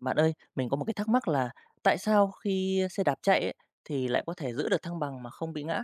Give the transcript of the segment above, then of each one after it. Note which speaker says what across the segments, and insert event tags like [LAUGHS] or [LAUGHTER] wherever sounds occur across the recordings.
Speaker 1: Bạn ơi, mình có một cái thắc mắc là tại sao khi xe đạp chạy ấy, thì lại có thể giữ được thăng bằng mà không bị ngã?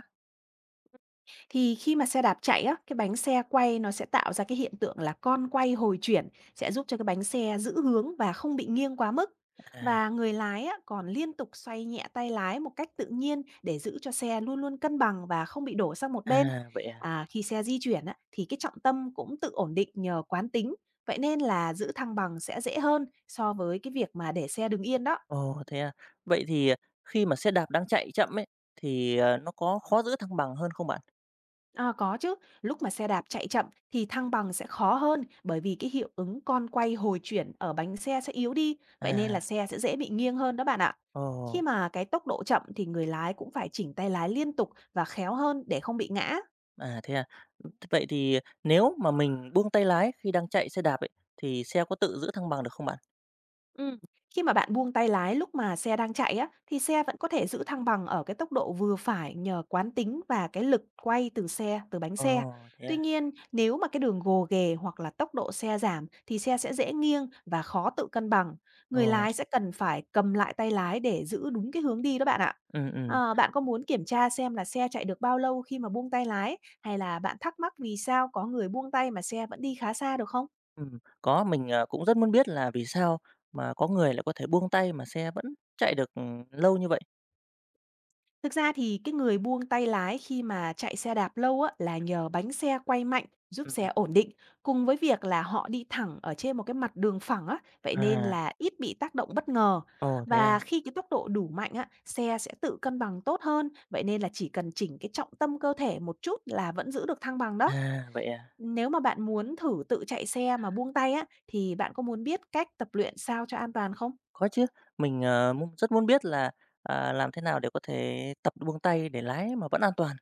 Speaker 2: Thì khi mà xe đạp chạy á, cái bánh xe quay nó sẽ tạo ra cái hiện tượng là con quay hồi chuyển, sẽ giúp cho cái bánh xe giữ hướng và không bị nghiêng quá mức.
Speaker 1: À,
Speaker 2: Và người lái á, còn liên tục xoay nhẹ tay lái một cách tự nhiên để giữ cho xe luôn luôn cân bằng và không bị đổ sang một bên.
Speaker 1: à vậy à.
Speaker 2: À, khi xe di chuyển á, thì cái trọng tâm cũng tự ổn định nhờ quán tính. Vậy nên là giữ thăng bằng sẽ dễ hơn so với cái việc mà để xe đứng yên đó.
Speaker 1: Ồ thế à. Vậy thì khi mà xe đạp đang chạy chậm ấy thì nó có khó giữ thăng bằng hơn không bạn?
Speaker 2: À, có chứ, lúc mà xe đạp chạy chậm thì thăng bằng sẽ khó hơn bởi vì cái hiệu ứng con quay hồi chuyển ở bánh xe sẽ yếu đi, vậy nên là
Speaker 1: À,
Speaker 2: xe sẽ dễ bị nghiêng hơn đó bạn ạ.
Speaker 1: ồ,
Speaker 2: Khi mà cái tốc độ chậm thì người lái cũng phải chỉnh tay lái liên tục và khéo hơn để không bị ngã.
Speaker 1: à thế à. Vậy thì nếu mà mình buông tay lái khi đang chạy xe đạp ấy thì xe có tự giữ thăng bằng được không bạn?
Speaker 2: Ừm, khi mà bạn buông tay lái lúc mà xe đang chạy á, thì xe vẫn có thể giữ thăng bằng ở cái tốc độ vừa phải nhờ quán tính và cái lực quay từ xe, từ bánh xe.
Speaker 1: Ồ thế
Speaker 2: Tuy
Speaker 1: à.
Speaker 2: nhiên, nếu mà cái đường gồ ghề hoặc là tốc độ xe giảm thì xe sẽ dễ nghiêng và khó tự cân bằng. Người
Speaker 1: Ồ,
Speaker 2: lái sẽ cần phải cầm lại tay lái để giữ đúng cái hướng đi đó bạn ạ.
Speaker 1: ừ ừ.
Speaker 2: Ờ, bạn có muốn kiểm tra xem là xe chạy được bao lâu khi mà buông tay lái hay là bạn thắc mắc vì sao có người buông tay mà xe vẫn đi khá xa được không?
Speaker 1: Có, mình cũng rất muốn biết là vì sao mà có người lại có thể buông tay mà xe vẫn chạy được, lâu như vậy?
Speaker 2: Thực ra thì cái người buông tay lái khi mà chạy xe đạp lâu á, là nhờ bánh xe quay mạnh giúp
Speaker 1: Ừm,
Speaker 2: xe ổn định, cùng với việc là họ đi thẳng ở trên một cái mặt đường phẳng á, vậy nên
Speaker 1: à,
Speaker 2: là ít bị tác động bất ngờ.
Speaker 1: ồ, thế à?
Speaker 2: Và khi cái tốc độ đủ mạnh á, xe sẽ tự cân bằng tốt hơn, vậy nên là chỉ cần chỉnh cái trọng tâm cơ thể một chút là vẫn giữ được thăng bằng đó.
Speaker 1: À, vậy à?
Speaker 2: Nếu mà bạn muốn thử tự chạy xe mà buông tay á, thì bạn có muốn biết cách tập luyện sao cho an toàn không?
Speaker 1: Có chứ, mình rất muốn biết là, làm thế nào để có thể tập buông tay để lái mà vẫn an toàn.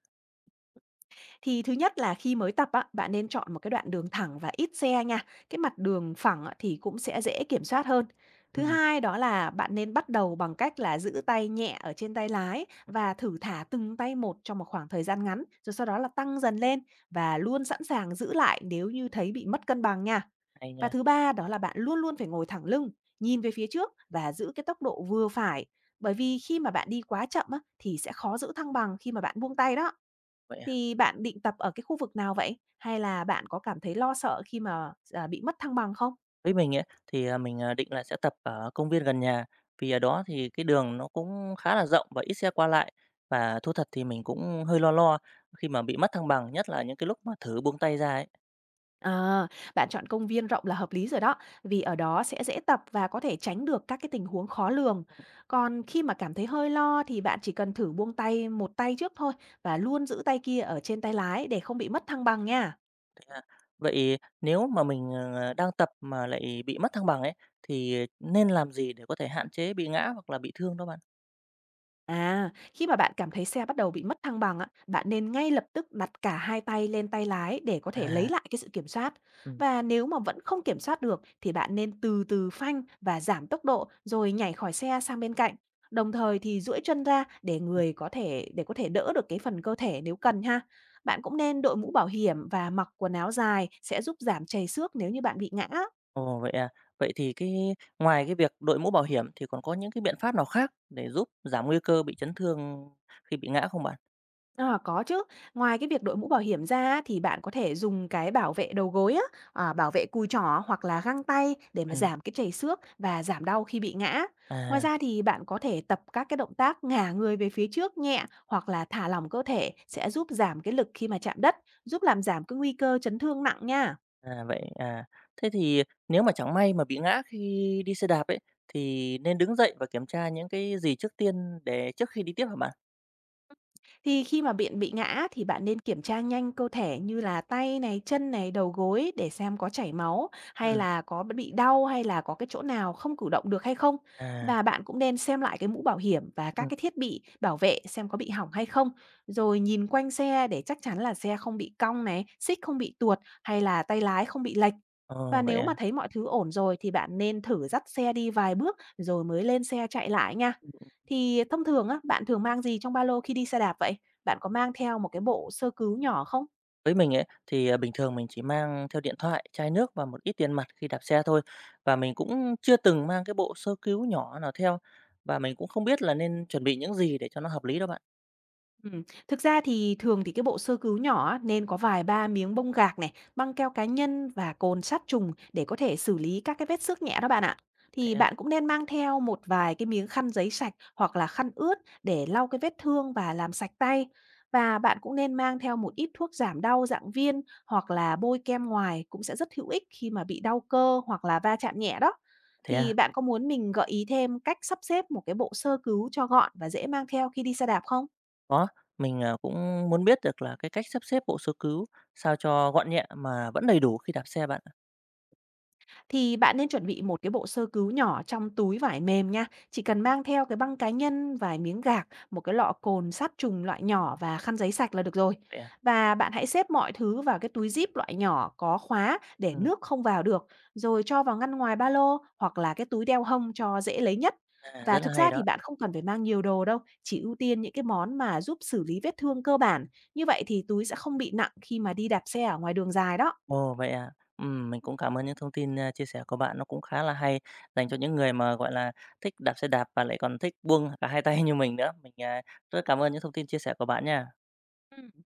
Speaker 2: Thì thứ nhất là khi mới tập á, bạn nên chọn một cái đoạn đường thẳng và ít xe nha. Cái mặt đường phẳng á, thì cũng sẽ dễ kiểm soát hơn. Thứ
Speaker 1: Ừm,
Speaker 2: hai đó là bạn nên bắt đầu bằng cách là giữ tay nhẹ ở trên tay lái
Speaker 1: ừm,
Speaker 2: và thử thả từng tay một trong một khoảng thời gian ngắn, rồi sau đó là tăng dần lên và luôn sẵn sàng giữ lại nếu như thấy bị mất cân bằng nha.
Speaker 1: hay
Speaker 2: Và
Speaker 1: nha,
Speaker 2: thứ ba đó là bạn luôn luôn phải ngồi thẳng lưng, nhìn về phía trước và giữ cái tốc độ vừa phải. Bởi vì khi mà bạn đi quá chậm á, thì sẽ khó giữ thăng bằng khi mà bạn buông tay đó.
Speaker 1: vậy à?
Speaker 2: Thì bạn định tập ở cái khu vực nào vậy? Hay là bạn có cảm thấy lo sợ khi mà bị mất thăng bằng không?
Speaker 1: Với mình ấy, thì mình định là sẽ tập ở công viên gần nhà, vì ở đó thì cái đường nó cũng khá là rộng và ít xe qua lại. Và thú thật thì mình cũng hơi lo lo khi mà bị mất thăng bằng, nhất là những cái lúc mà thử buông tay ra ấy.
Speaker 2: À, bạn chọn công viên rộng là hợp lý rồi đó, vì ở đó sẽ dễ tập và có thể tránh được các cái tình huống khó lường. Còn khi mà cảm thấy hơi lo thì bạn chỉ cần thử buông tay một tay trước thôi và luôn giữ tay kia ở trên tay lái để không bị mất thăng bằng nha.
Speaker 1: À, vậy nếu mà mình đang tập mà lại bị mất thăng bằng ấy, thì nên làm gì để có thể hạn chế bị ngã hoặc là bị thương đó bạn?
Speaker 2: À, khi mà bạn cảm thấy xe bắt đầu bị mất thăng bằng á, bạn nên ngay lập tức đặt cả hai tay lên tay lái để có thể lấy
Speaker 1: À,
Speaker 2: lại cái sự kiểm soát.
Speaker 1: ừm,
Speaker 2: Và nếu mà vẫn không kiểm soát được thì bạn nên từ từ phanh và giảm tốc độ rồi nhảy khỏi xe sang bên cạnh. Đồng thời thì duỗi chân ra để
Speaker 1: ừm,
Speaker 2: người có thể để có thể đỡ được cái phần cơ thể nếu cần ha. Bạn cũng nên đội mũ bảo hiểm và mặc quần áo dài sẽ giúp giảm trầy xước nếu như bạn bị ngã.
Speaker 1: ồ, vậy à? Vậy thì ngoài cái việc đội mũ bảo hiểm thì còn có những cái biện pháp nào khác để giúp giảm nguy cơ bị chấn thương khi bị ngã không bạn?
Speaker 2: À, có chứ. Ngoài cái việc đội mũ bảo hiểm ra á, thì bạn có thể dùng cái bảo vệ đầu gối á, bảo vệ cùi chỏ hoặc là găng tay để mà
Speaker 1: Ừm,
Speaker 2: giảm cái trầy xước và giảm đau khi bị ngã. Ngoài
Speaker 1: à,
Speaker 2: ra thì bạn có thể tập các cái động tác ngả người về phía trước nhẹ hoặc là thả lỏng cơ thể sẽ giúp giảm cái lực khi mà chạm đất, giúp làm giảm cái nguy cơ chấn thương nặng nha.
Speaker 1: à, vậy à. Thế thì nếu mà chẳng may mà bị ngã khi đi xe đạp ấy, thì nên đứng dậy và kiểm tra những cái gì trước tiên trước khi đi tiếp hả bạn?
Speaker 2: Thì khi mà bạn bị ngã thì bạn nên kiểm tra nhanh cơ thể như là tay này, chân này, đầu gối để xem có chảy máu hay
Speaker 1: Ừm,
Speaker 2: là có bị đau hay là có cái chỗ nào không cử động được hay không.
Speaker 1: à,
Speaker 2: Và bạn cũng nên xem lại cái mũ bảo hiểm và các
Speaker 1: ừm,
Speaker 2: cái thiết bị bảo vệ xem có bị hỏng hay không. Rồi nhìn quanh xe để chắc chắn là xe không bị cong này, xích không bị tuột hay là tay lái không bị lệch. Và
Speaker 1: ồ, vậy
Speaker 2: nếu mà
Speaker 1: à?
Speaker 2: thấy mọi thứ ổn rồi thì bạn nên thử dắt xe đi vài bước rồi mới lên xe chạy lại nha. Thì thông thường á, bạn thường mang gì trong ba lô khi đi xe đạp vậy? Bạn có mang theo một cái bộ sơ cứu nhỏ không?
Speaker 1: Với mình ấy, thì bình thường mình chỉ mang theo điện thoại, chai nước và một ít tiền mặt khi đạp xe thôi, và mình cũng chưa từng mang cái bộ sơ cứu nhỏ nào theo, và mình cũng không biết là nên chuẩn bị những gì để cho nó hợp lý đâu bạn.
Speaker 2: Thực ra thì thường thì cái bộ sơ cứu nhỏ á, nên có vài ba miếng bông gạc này, băng keo cá nhân và cồn sát trùng để có thể xử lý các cái vết xước nhẹ đó bạn ạ.
Speaker 1: Thế
Speaker 2: Thì
Speaker 1: à?
Speaker 2: bạn cũng nên mang theo một vài cái miếng khăn giấy sạch hoặc là khăn ướt để lau cái vết thương và làm sạch tay. Và bạn cũng nên mang theo một ít thuốc giảm đau dạng viên hoặc là bôi kem ngoài cũng sẽ rất hữu ích khi mà bị đau cơ hoặc là va chạm nhẹ đó.
Speaker 1: Thế à?
Speaker 2: Thì bạn có muốn mình gợi ý thêm cách sắp xếp một cái bộ sơ cứu cho gọn và dễ mang theo khi đi xe đạp không?
Speaker 1: Có, mình cũng muốn biết được là cái cách sắp xếp bộ sơ cứu sao cho gọn nhẹ mà vẫn đầy đủ khi đạp xe bạn ạ.
Speaker 2: Thì bạn nên chuẩn bị một cái bộ sơ cứu nhỏ trong túi vải mềm nha. Chỉ cần mang theo cái băng cá nhân, vài miếng gạc, một cái lọ cồn sát trùng loại nhỏ và khăn giấy sạch là được rồi.
Speaker 1: Vậy à?
Speaker 2: Và bạn hãy xếp mọi thứ vào cái túi zip loại nhỏ có khóa để
Speaker 1: Ừm,
Speaker 2: nước không vào được, rồi cho vào ngăn ngoài ba lô hoặc là cái túi đeo hông cho dễ lấy nhất.
Speaker 1: Rất
Speaker 2: Và
Speaker 1: là
Speaker 2: thực
Speaker 1: hay
Speaker 2: ra
Speaker 1: đó.
Speaker 2: thì bạn không cần phải mang nhiều đồ đâu, chỉ ưu tiên những cái món mà giúp xử lý vết thương cơ bản. Như vậy thì túi sẽ không bị nặng khi mà đi đạp xe ở ngoài đường dài đó.
Speaker 1: Ồ, vậy à? Mình cũng cảm ơn những thông tin, chia sẻ của bạn, nó cũng khá là hay dành cho những người mà, gọi là, thích đạp xe đạp và lại còn thích buông cả hai tay [LAUGHS] như mình nữa. Mình rất cảm ơn những thông tin chia sẻ của bạn nha.
Speaker 2: Ừ.